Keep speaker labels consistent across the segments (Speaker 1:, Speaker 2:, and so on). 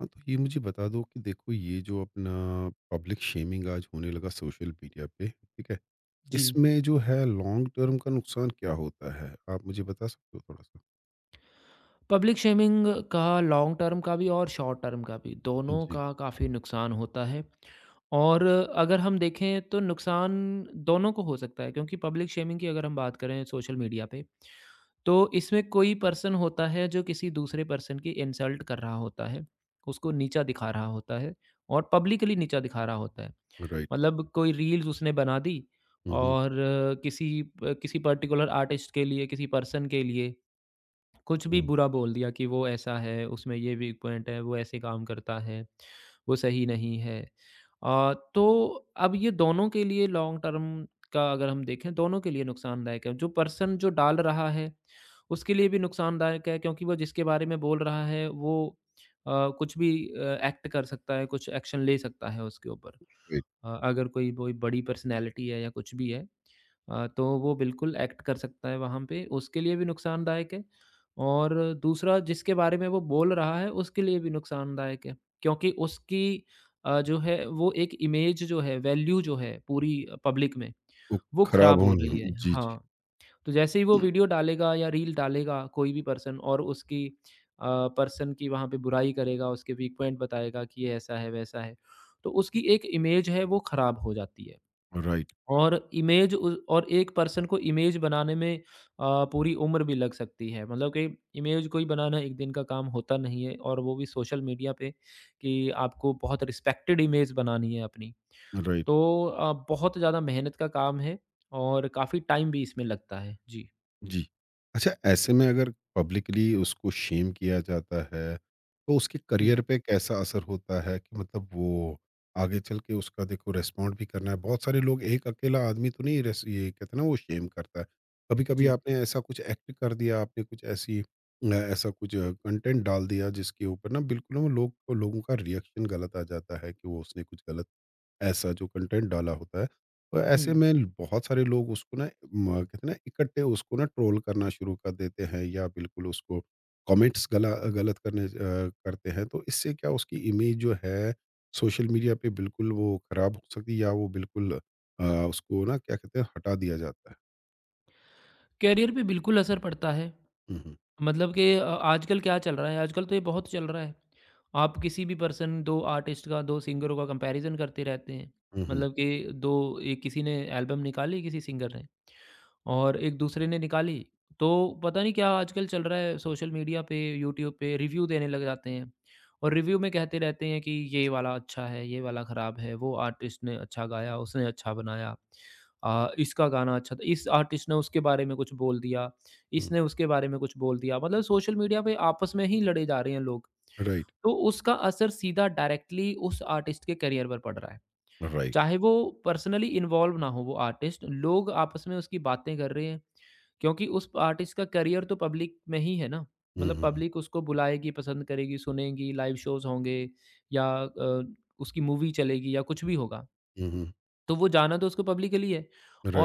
Speaker 1: हाँ, तो ये मुझे बता दो कि देखो ये जो अपना पब्लिक शेमिंग आज होने लगा सोशल मीडिया पे, ठीक है?
Speaker 2: जी।
Speaker 1: इसमें जो है लॉन्ग टर्म का नुकसान क्या होता है? आप मुझे बता सकते हो थोड़ा-सा?
Speaker 2: पब्लिक शेमिंग का लॉन्ग टर्म का भी और शॉर्ट टर्म का भी, दोनों
Speaker 1: जी।
Speaker 2: का काफ़ी नुकसान होता है। और अगर हम देखें तो नुकसान दोनों को हो सकता है, क्योंकि पब्लिक शेमिंग की अगर हम बात करें सोशल मीडिया पे, तो इसमें कोई पर्सन होता है जो किसी दूसरे पर्सन की इंसल्ट कर रहा होता है, उसको नीचा दिखा रहा होता है और पब्लिकली नीचा दिखा रहा होता है।
Speaker 1: राइट।
Speaker 2: मतलब कोई रील्स उसने बना दी,
Speaker 1: हुँ, हुँ,
Speaker 2: और किसी किसी पर्टिकुलर आर्टिस्ट के लिए, किसी पर्सन के लिए कुछ भी
Speaker 1: हुँ,
Speaker 2: बुरा बोल दिया कि वो ऐसा है, उसमें ये वीक पॉइंट है, वो ऐसे काम करता है, वो सही नहीं है। तो अब ये दोनों के लिए लॉन्ग टर्म का अगर हम देखें, दोनों के लिए नुकसानदायक है। जो पर्सन जो डाल रहा है, उसके लिए भी नुकसानदायक है, क्योंकि वो जिसके बारे में बोल रहा है, वो अ, कुछ भी एक्ट कर सकता है, कुछ एक्शन ले सकता है उसके ऊपर।
Speaker 1: राइट।
Speaker 2: अगर कोई कोई बड़ी पर्सनैलिटी है या कुछ भी है, तो वो बिल्कुल एक्ट कर सकता है वहाँ पे, उसके लिए भी नुकसानदायक है। और दूसरा जिसके बारे में वो बोल रहा है उसके लिए भी नुकसानदायक है, क्योंकि उसकी जो है वो एक इमेज जो है, वैल्यू जो है पूरी पब्लिक में,
Speaker 1: वो
Speaker 2: वो
Speaker 1: खराब
Speaker 2: खराब हो
Speaker 1: होना,
Speaker 2: रही है।
Speaker 1: जी, जी।
Speaker 2: हाँ, तो जैसे ही वो वीडियो डालेगा या रील डालेगा कोई भी पर्सन, और उसकी अ, पर्सन की वहाँ पे बुराई करेगा, उसके वीक पॉइंट बताएगा कि ये ऐसा है, वैसा है, तो उसकी एक इमेज है, वो खराब हो जाती है।
Speaker 1: राइट,
Speaker 2: और एक पर्सन को इमेज बनाने में पूरी उम्र भी लग सकती है। मतलब कि इमेज कोई बनाना एक दिन का काम होता नहीं है, और वो भी सोशल मीडिया पे, कि आपको बहुत रिस्पेक्टेड इमेज बनानी है अपनी।
Speaker 1: राइट।
Speaker 2: तो बहुत ज़्यादा मेहनत का काम है, और काफ़ी टाइम भी इसमें लगता है। जी।
Speaker 1: जी। अच्छा, ऐसे में अगर पब्लिकली उसको शेम किया जाता है, तो उसके
Speaker 2: हुँ।
Speaker 1: करियर पे कैसा असर होता है कि मतलब वो आगे चल के उसका देखो रिस्पॉन्ड भी करना है। बहुत सारे लोग, एक अकेला आदमी तो नहीं, रेस ये कहते हैं ना वो शेम करता है। कभी-कभी
Speaker 2: जी।
Speaker 1: आपने ऐसा कुछ एक्ट कर दिया, आपने कुछ ऐसी, ऐसा कुछ कंटेंट डाल दिया जिसके ऊपर ना बिल्कुल वो लोग लोगों का रिएक्शन गलत आ जाता है कि वो उसने कुछ गलत ऐसा जो कंटेंट डाला होता है। तो ऐसे
Speaker 2: हुँ।
Speaker 1: में बहुत सारे लोग उसको ना म कहते हैं ना इकट्ठे उसको ना ट्रोल करना शुरू कर देते हैं, या बिल्कुल उसको कमेंट्स गला गलत करने करते हैं। तो इससे क्या उसकी इमेज जो है सोशल मीडिया पे बिल्कुल वो खराब हो सकती है, या वो बिल्कुल, उसको ना क्या कहते हैं, हटा दिया जाता है।
Speaker 2: करियर पे बिल्कुल असर पड़ता है।
Speaker 1: हुँ, हुँ।
Speaker 2: मतलब कि आजकल क्या चल रहा है, आजकल तो ये बहुत चल रहा है। आप किसी भी पर्सन 2 आर्टिस्ट का, 2 सिंगरों का कंपैरिज़न करते रहते हैं।
Speaker 1: हुँ, हुँ,
Speaker 2: मतलब कि 2, एक किसी ने एल्बम निकाली किसी सिंगर ने, और एक दूसरे ने निकाली, तो पता नहीं क्या आजकल चल रहा है, सोशल मीडिया पे, यूट्यूब पे रिव्यू देने लग जाते हैं, और रिव्यू में कहते रहते हैं कि ये वाला अच्छा है, ये वाला ख़राब है, वो आर्टिस्ट ने अच्छा गाया, उसने अच्छा बनाया, इसका गाना अच्छा था, इस आर्टिस्ट ने उसके बारे में कुछ बोल दिया,
Speaker 1: हुँ।
Speaker 2: इसने उसके बारे में कुछ बोल दिया। मतलब सोशल मीडिया पे आपस में ही लड़े जा रहे हैं लोग।
Speaker 1: राइट,
Speaker 2: तो उसका असर सीधा डायरेक्टली उस आर्टिस्ट के करियर पर पड़ रहा है,
Speaker 1: राइट।
Speaker 2: चाहे वो पर्सनली इन्वॉल्व ना हो वो आर्टिस्ट, लोग आपस में उसकी बातें कर रहे हैं। क्योंकि उस आर्टिस्ट का करियर तो पब्लिक में ही है ना,
Speaker 1: हुँ,
Speaker 2: मतलब
Speaker 1: हुँ, हुँ।
Speaker 2: पब्लिक उसको बुलाएगी, पसंद करेगी, सुनेगी, लाइव शोज़ होंगे, या उसकी मूवी चलेगी, या कुछ भी होगा।
Speaker 1: हुँ, हुँ।
Speaker 2: तो वो जाना तो उसको पब्लिक के लिए है,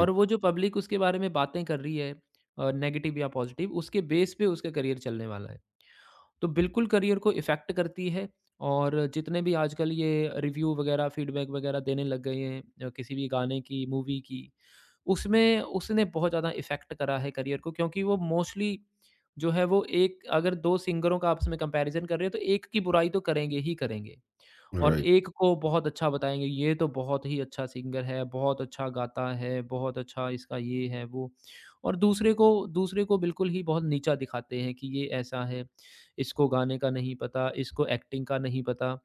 Speaker 2: और वो जो पब्लिक उसके बारे में बातें कर रही है, नेगेटिव या पॉज़िटिव, उसके बेस पे उसका करियर चलने वाला है। तो बिल्कुल करियर को इफ़ेक्ट करती है, और जितने भी आजकल ये रिव्यू वगैरह, फीडबैक वगैरह देने लग गए हैं, किसी भी गाने की, मूवी की, उसमें उसने बहुत ज़्यादा इफ़ेक्ट करा है करियर को। क्योंकि वो मोस्टली जो है, वो एक, अगर दो सिंगरों का आपस में कंपैरिजन कर रहे हो, तो एक की बुराई तो करेंगे ही करेंगे, और
Speaker 1: राइट।
Speaker 2: एक को बहुत अच्छा बताएँगे, ये तो बहुत ही अच्छा सिंगर है, बहुत अच्छा गाता है, बहुत अच्छा इसका ये है, वो। और दूसरे को बिल्कुल ही बहुत नीचा दिखाते हैं कि ये ऐसा है, इसको गाने का नहीं पता, इसको एक्टिंग का नहीं पता,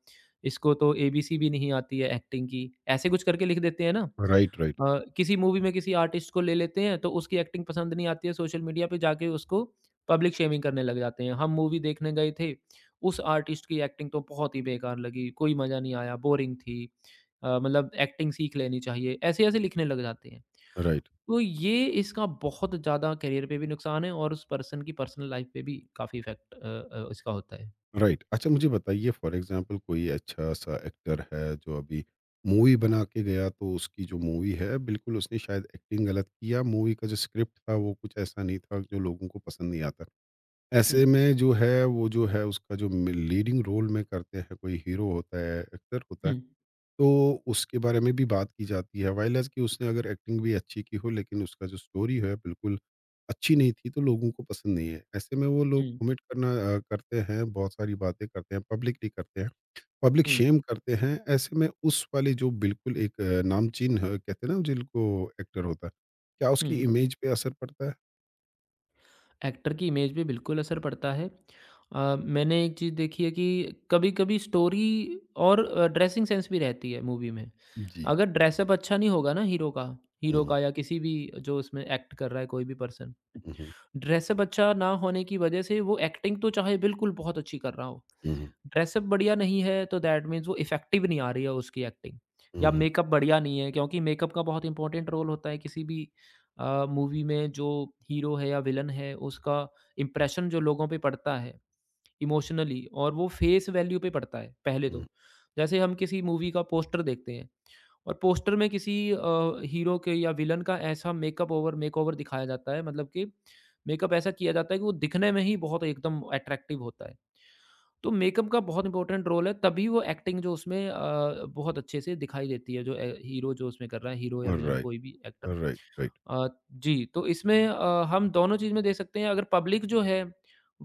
Speaker 2: इसको तो एबीसी भी नहीं आती है एक्टिंग की, ऐसे कुछ करके लिख देते हैं ना।
Speaker 1: राइट, राइट,
Speaker 2: अ, किसी मूवी में किसी आर्टिस्ट को ले लेते हैं, तो उसकी एक्टिंग पसंद नहीं आती है, सोशल मीडिया पे जाके उसको पब्लिक शेमिंग करने लग जाते हैं हम मूवी देखने गए थे, उस आर्टिस्ट की एक्टिंग तो बहुत ही बेकार लगी, कोई मज़ा नहीं आया, बोरिंग थी, मतलब एक्टिंग सीख लेनी चाहिए, ऐसे-ऐसे लिखने लग जाते हैं।
Speaker 1: राइट।
Speaker 2: तो ये इसका बहुत ज़्यादा करियर पे भी नुकसान है, और उस पर्सन की पर्सनल लाइफ पे भी काफ़ी इफ़ेक्ट इसका होता है।
Speaker 1: राइट। अच्छा, मुझे बताइए, फॉर एग्ज़ाम्पल कोई अच्छा-सा एक्टर है जो अभी मूवी बना के गया, तो उसकी जो मूवी है बिल्कुल उसने शायद एक्टिंग गलत किया, मूवी का जो स्क्रिप्ट था वो कुछ ऐसा नहीं था जो लोगों को पसंद नहीं आता।
Speaker 2: हुँ।
Speaker 1: ऐसे में जो है वो जो है उसका जो म लीडिंग रोल में करते हैं कोई हीरो होता है, एक्टर होता है,
Speaker 2: हुँ।
Speaker 1: तो उसके बारे में भी बात की जाती है। वाइल्डस की उसने अगर एक्टिंग भी अच्छी की हो, लेकिन उसका जो स्टोरी है बिल्कुल अच्छी नहीं थी तो लोगों को पसंद नहीं है। ऐसे में वो लोग
Speaker 2: हुँ।
Speaker 1: कमेंट करना करते हैं, बहुत सारी बातें करते हैं, पब्लिकली करते हैं, पब्लिक
Speaker 2: हुँ।
Speaker 1: शेम करते हैं। ऐसे में उस वाले जो बिल्कुल एक नामचीन ह कहते हैं ना जिनको एक्टर होता है, क्या उसकी
Speaker 2: हुँ।
Speaker 1: इमेज पे असर पड़ता है?
Speaker 2: एक्टर की इमेज पे बिल्कुल असर पड़ता है। मैंने एक चीज़ देखी है कि कभी-कभी स्टोरी और ड्रेसिंग सेंस भी रहती है मूवी में।
Speaker 1: जी।
Speaker 2: अगर ड्रेसअप अच्छा नहीं होगा ना, हीरो का,
Speaker 1: हुँ, हुँ,
Speaker 2: या किसी भी जो उसमें एक्ट कर रहा है कोई भी पर्सन,
Speaker 1: हुँ,
Speaker 2: ड्रेसअप अच्छा ना होने की वजह से वो एक्टिंग तो चाहे बिल्कुल बहुत अच्छी कर रहा हो,
Speaker 1: हुँ,
Speaker 2: ड्रेसअप बढ़िया नहीं है तो दैट मीन्स वो इफ़ेक्टिव नहीं आ रही है उसकी एक्टिंग,
Speaker 1: हुँ,
Speaker 2: या
Speaker 1: हुँ,
Speaker 2: मेकअप बढ़िया नहीं है, क्योंकि मेकअप का बहुत इंपॉर्टेंट रोल होता है किसी भी मूवी में। जो हीरो है या विलन है, उसका इम्प्रेशन जो लोगों पे पड़ता है इमोशनली, और वो फेस वैल्यू पे पड़ता है पहले
Speaker 1: हुँ,
Speaker 2: तो, जैसे हम किसी मूवी का पोस्टर देखते हैं, और पोस्टर में किसी हीरो के या विलन का ऐसा मेकअप ओवर मेकओवर दिखाया जाता है, मतलब कि मेकअप ऐसा किया जाता है कि वो दिखने में ही बहुत एकदम अट्रैक्टिव होता है, तो मेकअप का बहुत इम्पोर्टेंट रोल है, तभी वो एक्टिंग जो उसमें बहुत अच्छे से दिखाई देती है, जो हीरो जो उसमें कर रहा है, हीरो या
Speaker 1: हुँ,
Speaker 2: विलन
Speaker 1: राइट,
Speaker 2: कोई भी एक्टर।
Speaker 1: Right, right.
Speaker 2: जी, तो इसमें हम दोनों चीज़ में देख सकते हैं, अगर पब्लिक जो है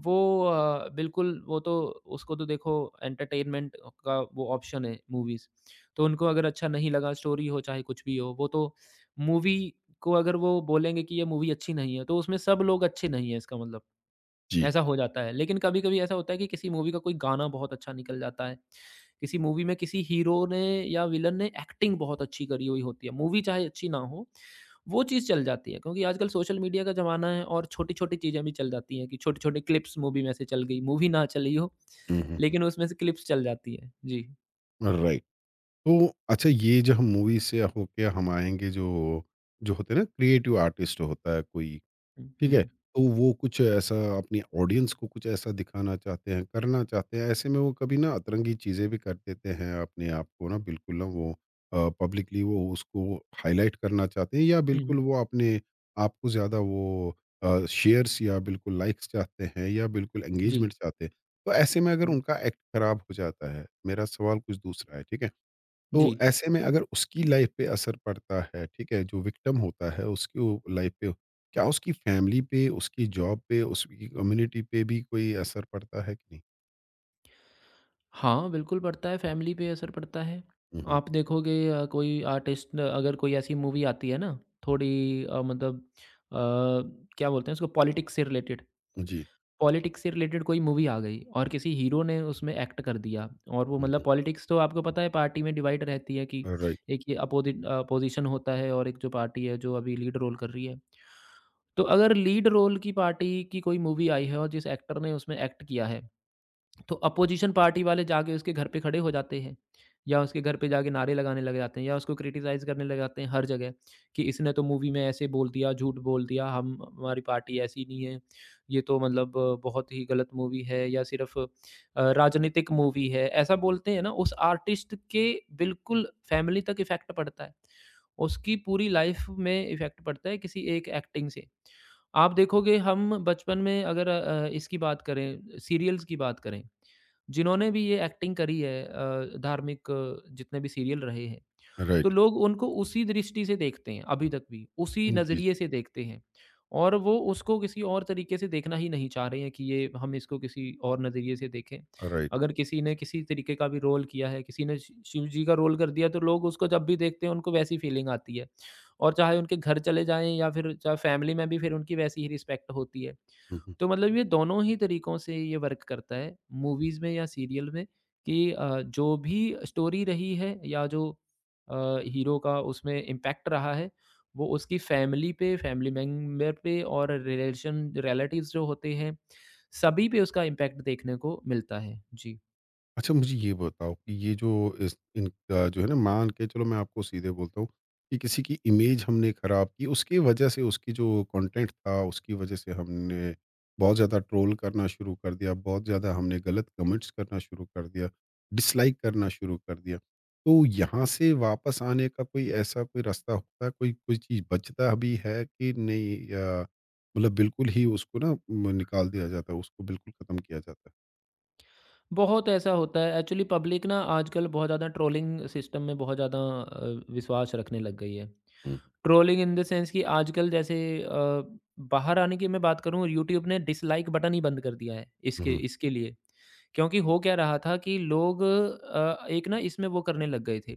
Speaker 2: वो बिल्कुल, वो तो, उसको तो देखो, एंटरटेनमेंट का वो ऑप्शन है मूवीज़, तो उनको अगर अच्छा नहीं लगा, स्टोरी हो चाहे कुछ भी हो, वो तो मूवी को अगर वो बोलेंगे कि ये मूवी अच्छी नहीं है, तो उसमें सब लोग अच्छे नहीं हैं, इसका मतलब।
Speaker 1: जी।
Speaker 2: ऐसा हो जाता है। लेकिन कभी-कभी ऐसा होता है कि किसी मूवी का कोई गाना बहुत अच्छा निकल जाता है, किसी मूवी में किसी हीरो ने या विलन ने एक्टिंग बहुत अच्छी करी हुई होती है, मूवी चाहे अच्छी ना हो, वो चीज़ चल जाती है, क्योंकि आजकल सोशल मीडिया का ज़माना है और छोटी-छोटी चीज़ें भी चल जाती हैं कि छोटे-छोटे क्लिप्स मूवी में से चल गई। मूवी ना चली हो,
Speaker 1: हुँ, हुँ, हुँ,
Speaker 2: लेकिन उसमें से क्लिप्स चल जाती है। जी।
Speaker 1: राइट। तो अच्छा, ये जो हम मूवी से होके हम आएँगे, जो जो होते हैं ना क्रिएटिव आर्टिस्ट होता है कोई,
Speaker 2: हुँ, हुँ,
Speaker 1: ठीक है?
Speaker 2: हुँ।
Speaker 1: तो वो कुछ ऐसा अपनी ऑडियंस को कुछ ऐसा दिखाना चाहते हैं, करना चाहते हैं, ऐसे में वो कभी ना अतरंगी चीज़ें भी कर देते हैं अपने आप को ना बिल्कुल ना वो, पब्लिकली वो उसको हाइलाइट करना चाहते हैं या
Speaker 2: हुँ,
Speaker 1: बिल्कुल
Speaker 2: हुँ।
Speaker 1: वो अपने आप को ज़्यादा वो, शेयर्स या बिल्कुल लाइक्स चाहते हैं या बिल्कुल
Speaker 2: जी,
Speaker 1: एंगेजमेंट चाहते हैं। तो ऐसे में अगर
Speaker 2: बिल्कुल।
Speaker 1: उनका एक्ट खराब हो जाता है, मेरा सवाल कुछ दूसरा है, ठीक है?
Speaker 2: जी।
Speaker 1: तो ऐसे में अगर उसकी लाइफ पे असर पड़ता है, ठीक है, जो विक्टिम होता है उसकी वो लाइफ पे, क्या उसकी फैमिली पे, उसकी जॉब पे, उसकी कम्युनिटी पे भी कोई असर पड़ता है कि नहीं?
Speaker 2: हाँ, बिल्कुल पड़ता है, फैमिली पे असर पड़ता है।
Speaker 1: हुँ, हुँ।
Speaker 2: आप देखोगे, कोई आर्टिस्ट न, अगर कोई ऐसी मूवी आती है ना, थोड़ी मतलब, अ, क्या बोलते हैं उसको, पॉलिटिक्स से रिलेटेड,
Speaker 1: जी।
Speaker 2: कोई मूवी आ गई, और किसी हीरो ने उसमें एक्ट कर दिया, और वो
Speaker 1: हुँ,
Speaker 2: मतलब
Speaker 1: हुँ।
Speaker 2: पॉलिटिक्स तो आपको पता है, पार्टी में डिवाइड रहती है, कि
Speaker 1: राइट,
Speaker 2: एक ये अपोजि अपोज़िशन होता है, और एक जो पार्टी है जो अभी लीड रोल कर रही है। तो अगर लीड रोल की पार्टी की कोई मूवी आई है और जिस एक्टर ने उसमें एक्ट किया है, तो अपोजिशन पार्टी वाले जाके उसके घर पे खड़े हो जाते हैं, या उसके घर पे जाके नारे लगाने लग जाते हैं, या उसको क्रिटिसाइज करने लग जाते हैं हर जगह, कि इसने तो मूवी में ऐसे बोल दिया, झूठ बोल दिया, हम, हमारी पार्टी ऐसी नहीं है, ये तो मतलब बहुत ही गलत मूवी है, या सिर्फ राजनीतिक मूवी है, ऐसा बोलते हैं ना उस आर्टिस्ट के। बिल्कुल फैमिली तक इफेक्ट पड़ता है, उसकी पूरी लाइफ में इफेक्ट पड़ता है, किसी एक एक्टिंग से। आप देखोगे, हम बचपन में अगर इसकी बात करें, सीरियल्स की बात करें, जिन्होंने भी ये एक्टिंग करी है, धार्मिक, जितने भी सीरियल रहे हैं, तो
Speaker 1: राइट।
Speaker 2: लोग उनको उसी दृष्टि से देखते हैं अभी तक भी, उसी
Speaker 1: जी,
Speaker 2: नज़रिए
Speaker 1: जी।
Speaker 2: से देखते हैं, और वो उसको किसी और तरीके से देखना ही नहीं चाह रहे हैं, कि ये हम इसको किसी और नज़रिए से देखें।
Speaker 1: राइट।
Speaker 2: अगर किसी ने किसी तरीके का भी रोल किया है, किसी ने शि शिव जी का रोल कर दिया, तो लोग उसको जब भी देखते हैं उनको वैसी फीलिंग आती है, और चाहे उनके घर चले जाएँ, या फिर चाहे फैमिली में भी, फिर उनकी वैसी ही रिस्पेक्ट होती है।
Speaker 1: हुँ, हुँ।
Speaker 2: तो मतलब ये दोनों ही तरीकों से ये वर्क करता है, मूवीज़ में या सीरियल में, कि जो भी स्टोरी रही है, या जो हीरो का उसमें इम्पैक्ट रहा है, वो उसकी फैमिली पे, फैमिली मेंबर पे, और रिलेशन, रिलेटिव्स जो होते हैं, सभी पे उसका इम्पैक्ट देखने को मिलता है। जी।
Speaker 1: अच्छा, मुझे ये बताओ कि ये जो इस इनका जो है ना, मान के चलो मैं आपको सीधे बोलता हूँ कि किसी की इमेज हमने खराब की, उसकी वजह से उसकी जो कंटेंट था, उसकी वजह से हमने बहुत ज़्यादा ट्रोल करना शुरू कर दिया, बहुत ज़्यादा हमने गलत कमेंट्स करना शुरू कर दिया, डिसलाइक करना शुरू कर दिया। तो यहाँ से वापस आने का कोई ऐसा कोई रास्ता होता है, कोई कोई चीज़ बचता अभी है कि नहीं, या मतलब बिल्कुल ही उसको ना म निकाल दिया जाता है, उसको बिल्कुल खत्म किया जाता है?
Speaker 2: बहुत ऐसा होता है, एक्चुअली पब्लिक ना आजकल बहुत ज़्यादा ट्रोलिंग सिस्टम में बहुत ज़्यादा विश्वास रखने लग गई है।
Speaker 1: हुँ,
Speaker 2: ट्रोलिंग इन द सेंस कि आजकल जैसे, अ, बाहर आने की मैं बात करूँ, यूट्यूब ने डिसलाइक बटन ही बंद कर दिया है
Speaker 1: हुँ,
Speaker 2: इसके
Speaker 1: हुँ,
Speaker 2: इसके लिए। क्योंकि हो क्या रहा था कि लोग एक ना इसमें वो करने लग गए थे,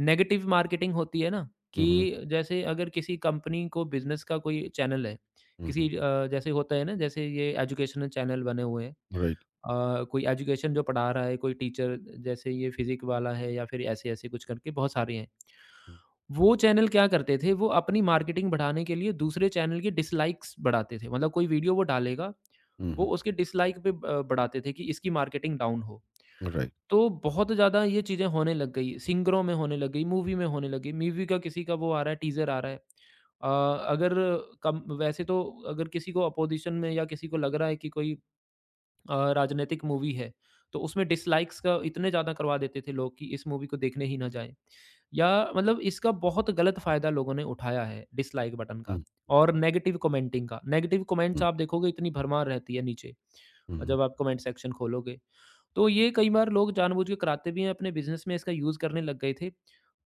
Speaker 2: नेगेटिव मार्केटिंग होती है ना
Speaker 1: हुँ,
Speaker 2: कि
Speaker 1: हुँ।
Speaker 2: जैसे अगर किसी कंपनी को बिज़नेस का कोई चैनल है,
Speaker 1: हुँ,
Speaker 2: किसी
Speaker 1: हुँ,
Speaker 2: जैसे होता है ना जैसे ये एजुकेशनल चैनल बने हुए हैं।
Speaker 1: राइट।
Speaker 2: कोई एजुकेशन जो पढ़ा रहा है, कोई टीचर जैसे ये फिज़िक वाला है या फिर ऐसे-ऐसे कुछ करके बहुत सारे हैं।
Speaker 1: हुँ,
Speaker 2: वो चैनल क्या करते थे, वो अपनी मार्केटिंग बढ़ाने के लिए दूसरे चैनल के डिसलाइक्स बढ़ाते थे। मतलब कोई वीडियो वो डालेगा, वो
Speaker 1: हुँ,
Speaker 2: उसके डिसलाइक पे बढ़ाते थे कि इसकी मार्केटिंग डाउन हो।
Speaker 1: हुँ, राइट।
Speaker 2: तो बहुत ज़्यादा ये चीज़ें होने लग गई, सिंगरों में होने लग गई, मूवी में होने लगी। मूवी का किसी का वो आ रहा है, टीज़र आ रहा है। अ, अगर कम वैसे तो अगर किसी को अपोज़िशन में या किसी को लग रहा है कि कोई राजनीतिक मूवी है, तो उसमें डिसलाइक्स का इतने ज़्यादा करवा देते थे लोग कि इस मूवी को देखने ही ना जाएँ। या मतलब इसका बहुत गलत फ़ायदा लोगों ने उठाया है डिसलाइक बटन का
Speaker 1: हुँ,
Speaker 2: और नेगेटिव कमेंटिंग का। नेगेटिव कमेंट्स
Speaker 1: हुँ,
Speaker 2: आप देखोगे इतनी भरमार रहती है नीचे
Speaker 1: हुँ, हुँ,
Speaker 2: जब आप कमेंट सेक्शन खोलोगे। तो ये कई बार लोग जानबूझ के कराते भी हैं, अपने बिज़नेस में इसका यूज़ करने लग गए थे।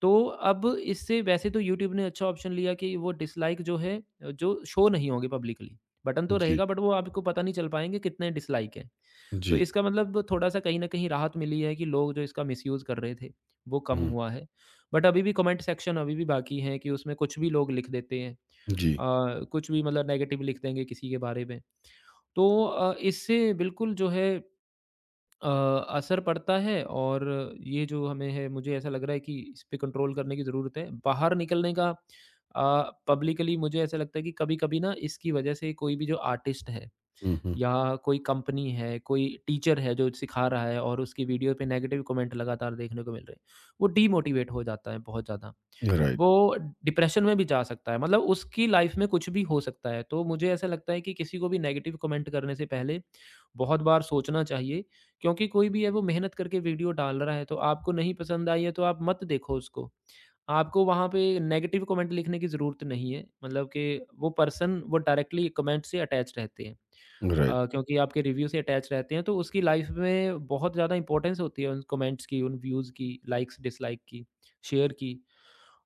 Speaker 2: तो अब इससे वैसे तो यूट्यूब ने अच्छा ऑप्शन लिया कि वो डिसलाइक जो है जो शो नहीं होंगे पब्लिकली। बटन तो
Speaker 1: जी,
Speaker 2: रहेगा बट वो आपको पता नहीं चल पाएँगे कितने डिसलाइक हैं। तो
Speaker 1: जी,
Speaker 2: इसका मतलब थोड़ा-सा कहीं न कहीं राहत मिली है कि लोग जो इसका मिसयूज़ कर रहे थे, वो कम
Speaker 1: हुँ,
Speaker 2: हुआ है। बट अभी भी कमेंट सेक्शन अभी भी बाकी है कि उसमें कुछ भी लोग लिख देते हैं।
Speaker 1: जी,
Speaker 2: कुछ भी मतलब नेगेटिव लिख देंगे किसी के बारे में। तो इससे बिल्कुल जो है अ, असर पड़ता है और ये जो हमें है मुझे ऐसा लग रहा है कि इस पे कंट्रोल करने की ज़रूरत है। बाहर निकलने का अ, पब्लिकली मुझे ऐसा लगता है कि कभी-कभी ना इसकी वजह से कोई भी जो आर्टिस्ट है
Speaker 1: हुँ, हुँ,
Speaker 2: या कोई कंपनी है, कोई टीचर है जो सिखा रहा है और उसकी वीडियो पे नेगेटिव कमेंट लगातार देखने को मिल रहे हैं, वो डीमोटिवेट हो जाता है बहुत ज़्यादा।
Speaker 1: राइट,
Speaker 2: वो डिप्रेशन में भी जा सकता है मतलब उसकी लाइफ में कुछ भी हो सकता है। तो मुझे ऐसा लगता है कि किसी को भी नेगेटिव कमेंट करने से पहले बहुत बार सोचना चाहिए क्योंकि कोई भी है वो मेहनत करके वीडियो डाल रहा है, तो आपको नहीं पसंद आई है तो आप मत देखो उसको। आपको वहाँ पे नेगेटिव कमेंट लिखने की ज़रूरत नहीं है, मतलब कि वो पर्सन वो डायरेक्टली कमेंट से अटैच रहते हैं।
Speaker 1: राइट,
Speaker 2: क्योंकि आपके रिव्यू से अटैच रहते हैं तो उसकी लाइफ में बहुत ज़्यादा इंपॉर्टेंस होती है उन कमेंट्स की, उन व्यूज़ की, लाइक्स, डिसलाइक की, शेयर की।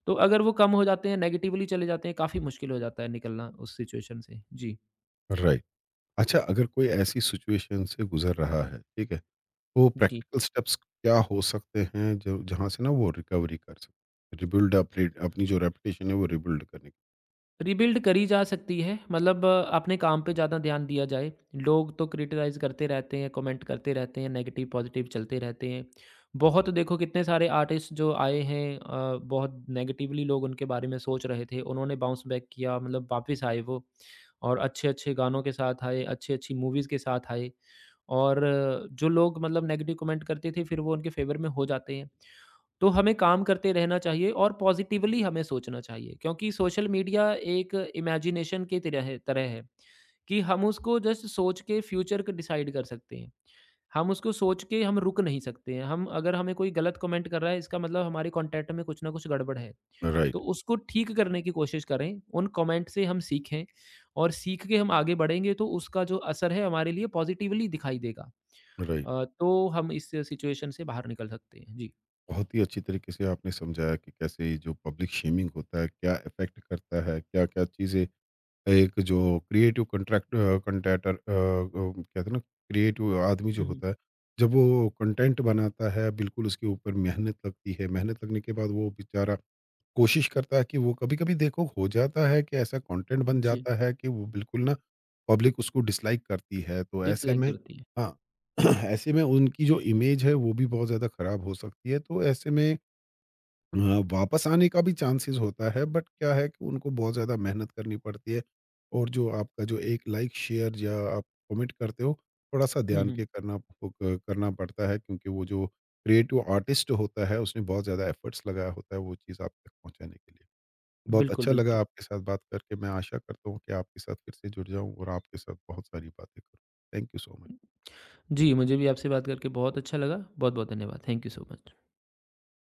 Speaker 2: तो अगर वो कम हो जाते हैं, नेगेटिवली चले जाते हैं, काफ़ी मुश्किल हो जाता है निकलना उस सिचुएशन से। जी,
Speaker 1: राइट। अच्छा, अगर कोई ऐसी सिचुएशन से गुज़र रहा है, ठीक है, तो
Speaker 2: जी।
Speaker 1: प्रैक्टिकल स्टेप्स क्या हो सकते हैं जो जहाँ से ना वो रिकवरी कर सके? रिबिल्ड अप रेट अपनी जो रेपुटेशन है वो रिबिल्ड करने की।
Speaker 2: रिबिल्ड करी जा सकती है। मतलब अपने काम पे ज़्यादा ध्यान दिया जाए, लोग तो क्रिटिसाइज़ करते रहते हैं, कमेंट करते रहते हैं, नेगेटिव पॉजिटिव चलते रहते हैं। बहुत देखो कितने सारे आर्टिस्ट जो आए हैं, बहुत नेगेटिवली लोग उनके बारे में सोच रहे थे, उन्होंने बाउंस बैक किया, मतलब वापस आए वो और अच्छे अच्छे गानों के साथ आए, अच्छी अच्छी मूवीज़ के साथ आए। और जो लोग मतलब नेगेटिव कमेंट करते थे फिर वो उनके फेवर में हो जाते हैं। तो हमें काम करते रहना चाहिए और पॉजिटिवली हमें सोचना चाहिए, क्योंकि सोशल मीडिया एक इमेजिनेशन के तरह है कि हम उसको जस्ट सोच के फ्यूचर को डिसाइड कर सकते हैं। हम उसको सोच के हम रुक नहीं सकते हैं। हम अगर हमें कोई गलत कमेंट कर रहा है, इसका मतलब हमारे कॉन्टैक्ट में कुछ ना कुछ गड़बड़ है, तो
Speaker 1: राइट,
Speaker 2: उसको ठीक करने की कोशिश करें। उन कमेंट से हम सीखें और सीख के हम आगे बढ़ेंगे तो उसका जो असर है हमारे लिए पॉजिटिवली दिखाई देगा।
Speaker 1: राइट।
Speaker 2: तो हम इस सिचुएशन से बाहर निकल सकते हैं। जी।
Speaker 1: बहुत ही अच्छी तरीके से आपने समझाया कि कैसे ये जो पब्लिक शेमिंग होता है, क्या इफ़ेक्ट करता है, क्या-क्या चीज़ें, एक जो क्रिएटिव कंटेटर, कहते हैं ना क्रिएटिव आदमी जो
Speaker 2: हम्म।
Speaker 1: होता है, जब वो कंटेंट बनाता है बिल्कुल उसके ऊपर मेहनत लगती है, मेहनत लगने के बाद वो बेचारा कोशिश करता है कि वो, कभी-कभी देखो हो जाता है कि ऐसा कंटेंट बन
Speaker 2: जी।
Speaker 1: जाता है कि वो बिल्कुल ना पब्लिक उसको डिसलाइक करती है, तो ऐसे
Speaker 2: डिसलाइक
Speaker 1: में,
Speaker 2: करती है।
Speaker 1: हाँ, ऐसे में उनकी जो इमेज है वो भी बहुत ज़्यादा खराब हो सकती है, तो ऐसे में, हाँ, वापस आने का भी चांसेस होता है, बट क्या है कि उनको बहुत ज़्यादा मेहनत करनी पड़ती है, और जो आपका जो एक लाइक, शेयर या आप कमेंट करते हो, थोड़ा-सा
Speaker 2: हुँ,
Speaker 1: ध्यान के
Speaker 2: हुँ।
Speaker 1: करना हो क करना पड़ता है, क्योंकि वो जो क्रिएटिव आर्टिस्ट होता है उसने बहुत ज़्यादा एफर्ट्स लगाया होता है वो चीज़ आप तक पहुँचाने के लिए। बहुत
Speaker 2: बिल्कुल,
Speaker 1: अच्छा लगा
Speaker 2: बिल्कुल।
Speaker 1: आपके साथ बात करके, मैं आशा करता हूँ कि आपके साथ फिर से जुड़ जाऊँ और आपके साथ बहुत सारी बातें करूँ। Thank you so much.
Speaker 2: जी, मुझे भी आपसे बात करके बहुत अच्छा लगा। बहुत-बहुत धन्यवाद। Thank you so much.